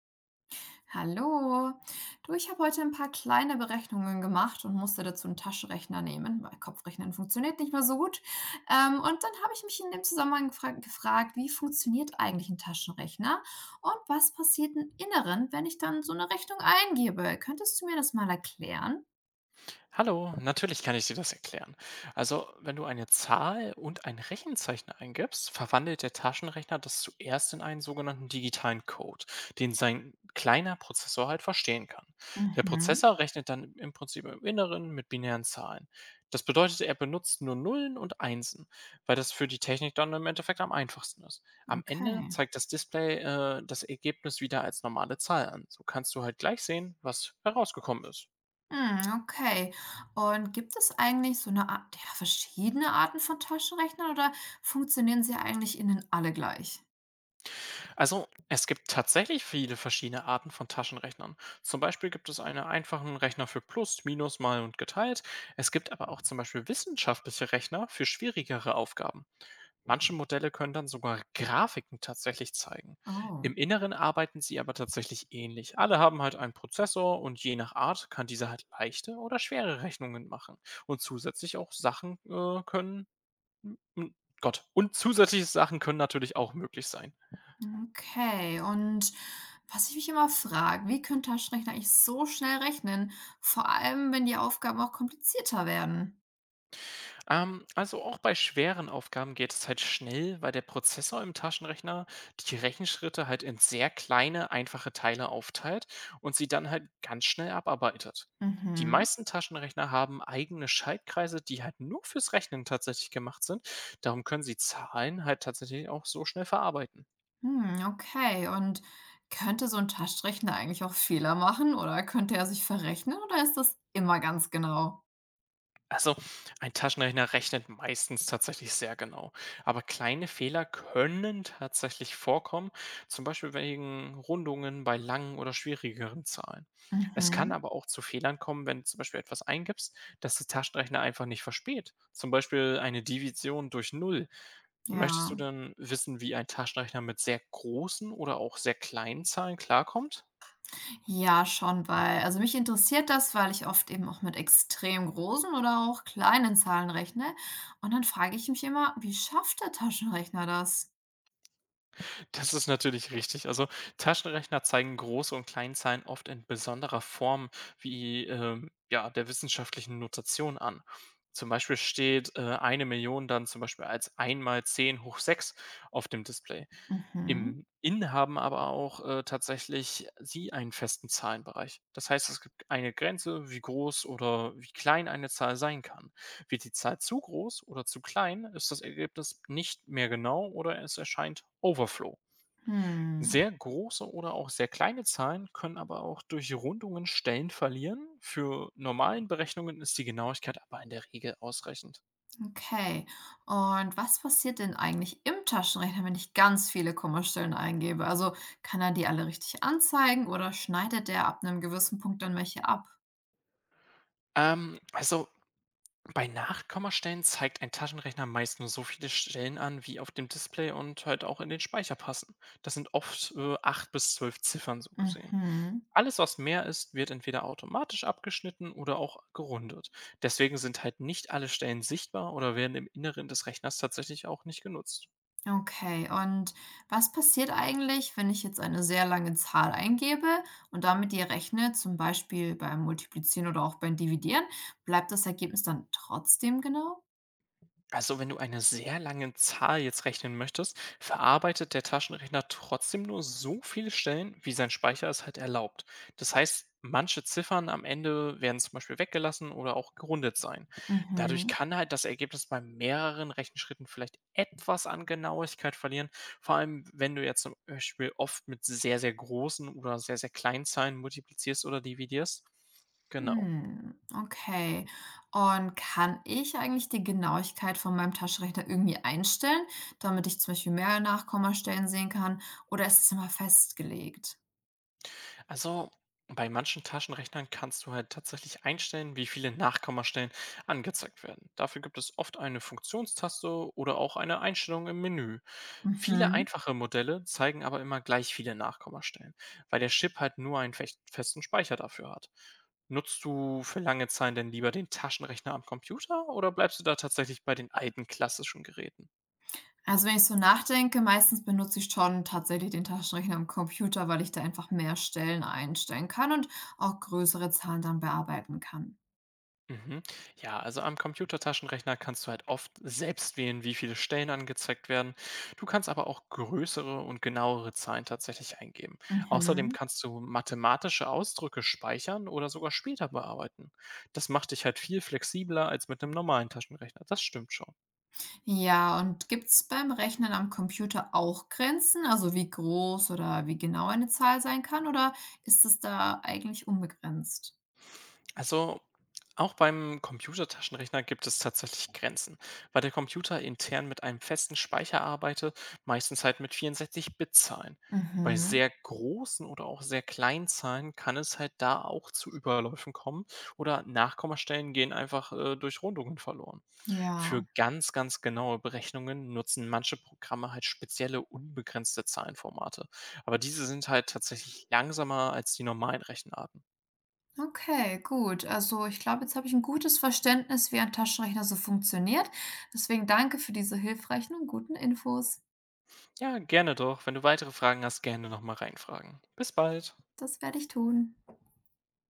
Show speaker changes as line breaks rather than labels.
Hallo. Du, ich habe heute ein paar kleine Berechnungen gemacht und musste dazu einen Taschenrechner nehmen, weil Kopfrechnen funktioniert nicht mehr so gut. Und dann habe ich mich in dem Zusammenhang gefragt, wie funktioniert eigentlich ein Taschenrechner und was passiert im Inneren, wenn ich dann so eine Rechnung eingebe? Könntest du mir das mal erklären?
Hallo, natürlich kann ich dir das erklären. Also, wenn du eine Zahl und ein Rechenzeichen eingibst, verwandelt der Taschenrechner das zuerst in einen sogenannten digitalen Code, den sein kleiner Prozessor halt verstehen kann. Der
Mhm,
Prozessor rechnet dann im Prinzip im Inneren mit binären Zahlen. Das bedeutet, er benutzt nur Nullen und Einsen, weil das für die Technik dann im Endeffekt am einfachsten ist. Am Ende
okay.
zeigt das Display das Ergebnis wieder als normale Zahl an. So kannst du halt gleich sehen, was herausgekommen ist.
Hm, okay. Und gibt es eigentlich so eine Art, ja, verschiedene Arten von Taschenrechnern oder funktionieren sie eigentlich innen alle gleich?
Also, es gibt tatsächlich viele verschiedene Arten von Taschenrechnern. Zum Beispiel gibt es einen einfachen Rechner für Plus, Minus, Mal und Geteilt. Es gibt aber auch zum Beispiel wissenschaftliche Rechner für schwierigere Aufgaben. Manche Modelle können dann sogar Grafiken tatsächlich zeigen.
Oh.
Im Inneren arbeiten sie aber tatsächlich ähnlich. Alle haben halt einen Prozessor und je nach Art kann dieser halt leichte oder schwere Rechnungen machen. Und zusätzlich auch Sachen m- Gott, und zusätzliche Sachen können natürlich auch möglich sein.
Okay, und was ich mich immer frage, wie können Taschenrechner eigentlich so schnell rechnen? Vor allem, wenn die Aufgaben auch komplizierter werden.
Also auch bei schweren Aufgaben geht es halt schnell, weil der Prozessor im Taschenrechner die Rechenschritte halt in sehr kleine, einfache Teile aufteilt und sie dann halt ganz schnell abarbeitet. Die
Mhm.
meisten Taschenrechner haben eigene Schaltkreise, die halt nur fürs Rechnen tatsächlich gemacht sind. Darum können sie Zahlen halt tatsächlich auch so schnell verarbeiten.
Hm, okay, und könnte so ein Taschenrechner eigentlich auch Fehler machen oder könnte er sich verrechnen oder ist das immer ganz genau?
Also, ein Taschenrechner rechnet meistens tatsächlich sehr genau. Aber kleine Fehler können tatsächlich vorkommen, zum Beispiel wegen Rundungen bei langen oder schwierigeren Zahlen. Es kann
Mhm.
aber auch zu Fehlern kommen, wenn du zum Beispiel etwas eingibst, das der Taschenrechner einfach nicht versteht. Zum Beispiel eine Division durch Null. Möchtest du
Ja.
dann wissen, wie ein Taschenrechner mit sehr großen oder auch sehr kleinen Zahlen klarkommt?
Ja, schon, weil, also mich interessiert das, weil ich oft eben auch mit extrem großen oder auch kleinen Zahlen rechne. Und dann frage ich mich immer, wie schafft der Taschenrechner das?
Das ist natürlich richtig. Also, Taschenrechner zeigen große und Kleinzahlen oft in besonderer Form wie ja, der wissenschaftlichen Notation an. Zum Beispiel steht eine Million dann zum Beispiel als 1 mal 10 hoch 6 auf dem Display.
Mhm.
Im In haben aber auch tatsächlich sie einen festen Zahlenbereich. Das heißt, es gibt eine Grenze, wie groß oder wie klein eine Zahl sein kann. Wird die Zahl zu groß oder zu klein, ist das Ergebnis nicht mehr genau oder es erscheint Overflow.
Hm,
Sehr große oder auch sehr kleine Zahlen können aber auch durch Rundungen Stellen verlieren. Für normalen Berechnungen ist die Genauigkeit aber in der Regel ausreichend.
okay. Und was passiert denn eigentlich im Taschenrechner, wenn ich ganz viele Kommastellen eingebe? Also kann er die alle richtig anzeigen oder schneidet er ab einem gewissen Punkt dann welche ab?
Also bei Nachkommastellen zeigt ein Taschenrechner meist nur so viele Stellen an, wie auf dem Display und halt auch in den Speicher passen. Das sind oft 8 bis 12 Ziffern so gesehen.
Mhm.
Alles, was mehr ist, wird entweder automatisch abgeschnitten oder auch gerundet. Deswegen sind halt nicht alle Stellen sichtbar oder werden im Inneren des Rechners tatsächlich auch nicht genutzt.
Okay. Und was passiert eigentlich, wenn ich jetzt eine sehr lange Zahl eingebe und damit die rechne, zum Beispiel beim Multiplizieren oder auch beim Dividieren? Bleibt das Ergebnis dann trotzdem genau?
Also wenn du eine sehr lange Zahl jetzt rechnen möchtest, verarbeitet der Taschenrechner trotzdem nur so viele Stellen, wie sein Speicher es halt erlaubt. Das heißt, manche Ziffern am Ende werden zum Beispiel weggelassen oder auch gerundet sein. Dadurch
Mhm.
kann halt das Ergebnis bei mehreren Rechenschritten vielleicht etwas an Genauigkeit verlieren, vor allem wenn du jetzt zum Beispiel oft mit sehr, sehr großen oder sehr, sehr kleinen Zahlen multiplizierst oder dividierst. Genau.
Hm, okay. Und kann ich eigentlich die Genauigkeit von meinem Taschenrechner irgendwie einstellen, damit ich zum Beispiel mehr Nachkommastellen sehen kann, oder ist es immer festgelegt?
Also bei manchen Taschenrechnern kannst du halt tatsächlich einstellen, wie viele Nachkommastellen angezeigt werden. Dafür gibt es oft eine Funktionstaste oder auch eine Einstellung im Menü. Viele
Mhm.
einfache Modelle zeigen aber immer gleich viele Nachkommastellen, weil der Chip halt nur einen festen Speicher dafür hat. Nutzt du für lange Zeit denn lieber den Taschenrechner am Computer oder bleibst du da tatsächlich bei den alten klassischen Geräten?
Also wenn ich so nachdenke, meistens benutze ich schon tatsächlich den Taschenrechner am Computer, weil ich da einfach mehr Stellen einstellen kann und auch größere Zahlen dann bearbeiten kann.
Mhm. Ja, also am Computertaschenrechner kannst du halt oft selbst wählen, wie viele Stellen angezeigt werden. Du kannst aber auch größere und genauere Zahlen tatsächlich eingeben. Außerdem
Mhm.
kannst du mathematische Ausdrücke speichern oder sogar später bearbeiten. Das macht dich halt viel flexibler als mit einem normalen Taschenrechner. Das stimmt schon.
Ja, und gibt's beim Rechnen am Computer auch Grenzen, also wie groß oder wie genau eine Zahl sein kann, oder ist es da eigentlich unbegrenzt?
Also auch beim Computertaschenrechner gibt es tatsächlich Grenzen, weil der Computer intern mit einem festen Speicher arbeitet, meistens halt mit 64-Bit-Zahlen. Bei
Mhm,
sehr großen oder auch sehr kleinen Zahlen kann es halt da auch zu Überläufen kommen oder Nachkommastellen gehen einfach durch Rundungen verloren. Für
ja.
ganz, ganz genaue Berechnungen nutzen manche Programme halt spezielle unbegrenzte Zahlenformate, aber diese sind halt tatsächlich langsamer als die normalen Rechenarten.
Okay, gut. Also ich glaube, jetzt habe ich ein gutes Verständnis, wie ein Taschenrechner so funktioniert. Deswegen danke für diese hilfreichen und guten Infos.
Ja, gerne doch. Wenn du weitere Fragen hast, gerne nochmal reinfragen. Bis bald.
Das werde ich tun.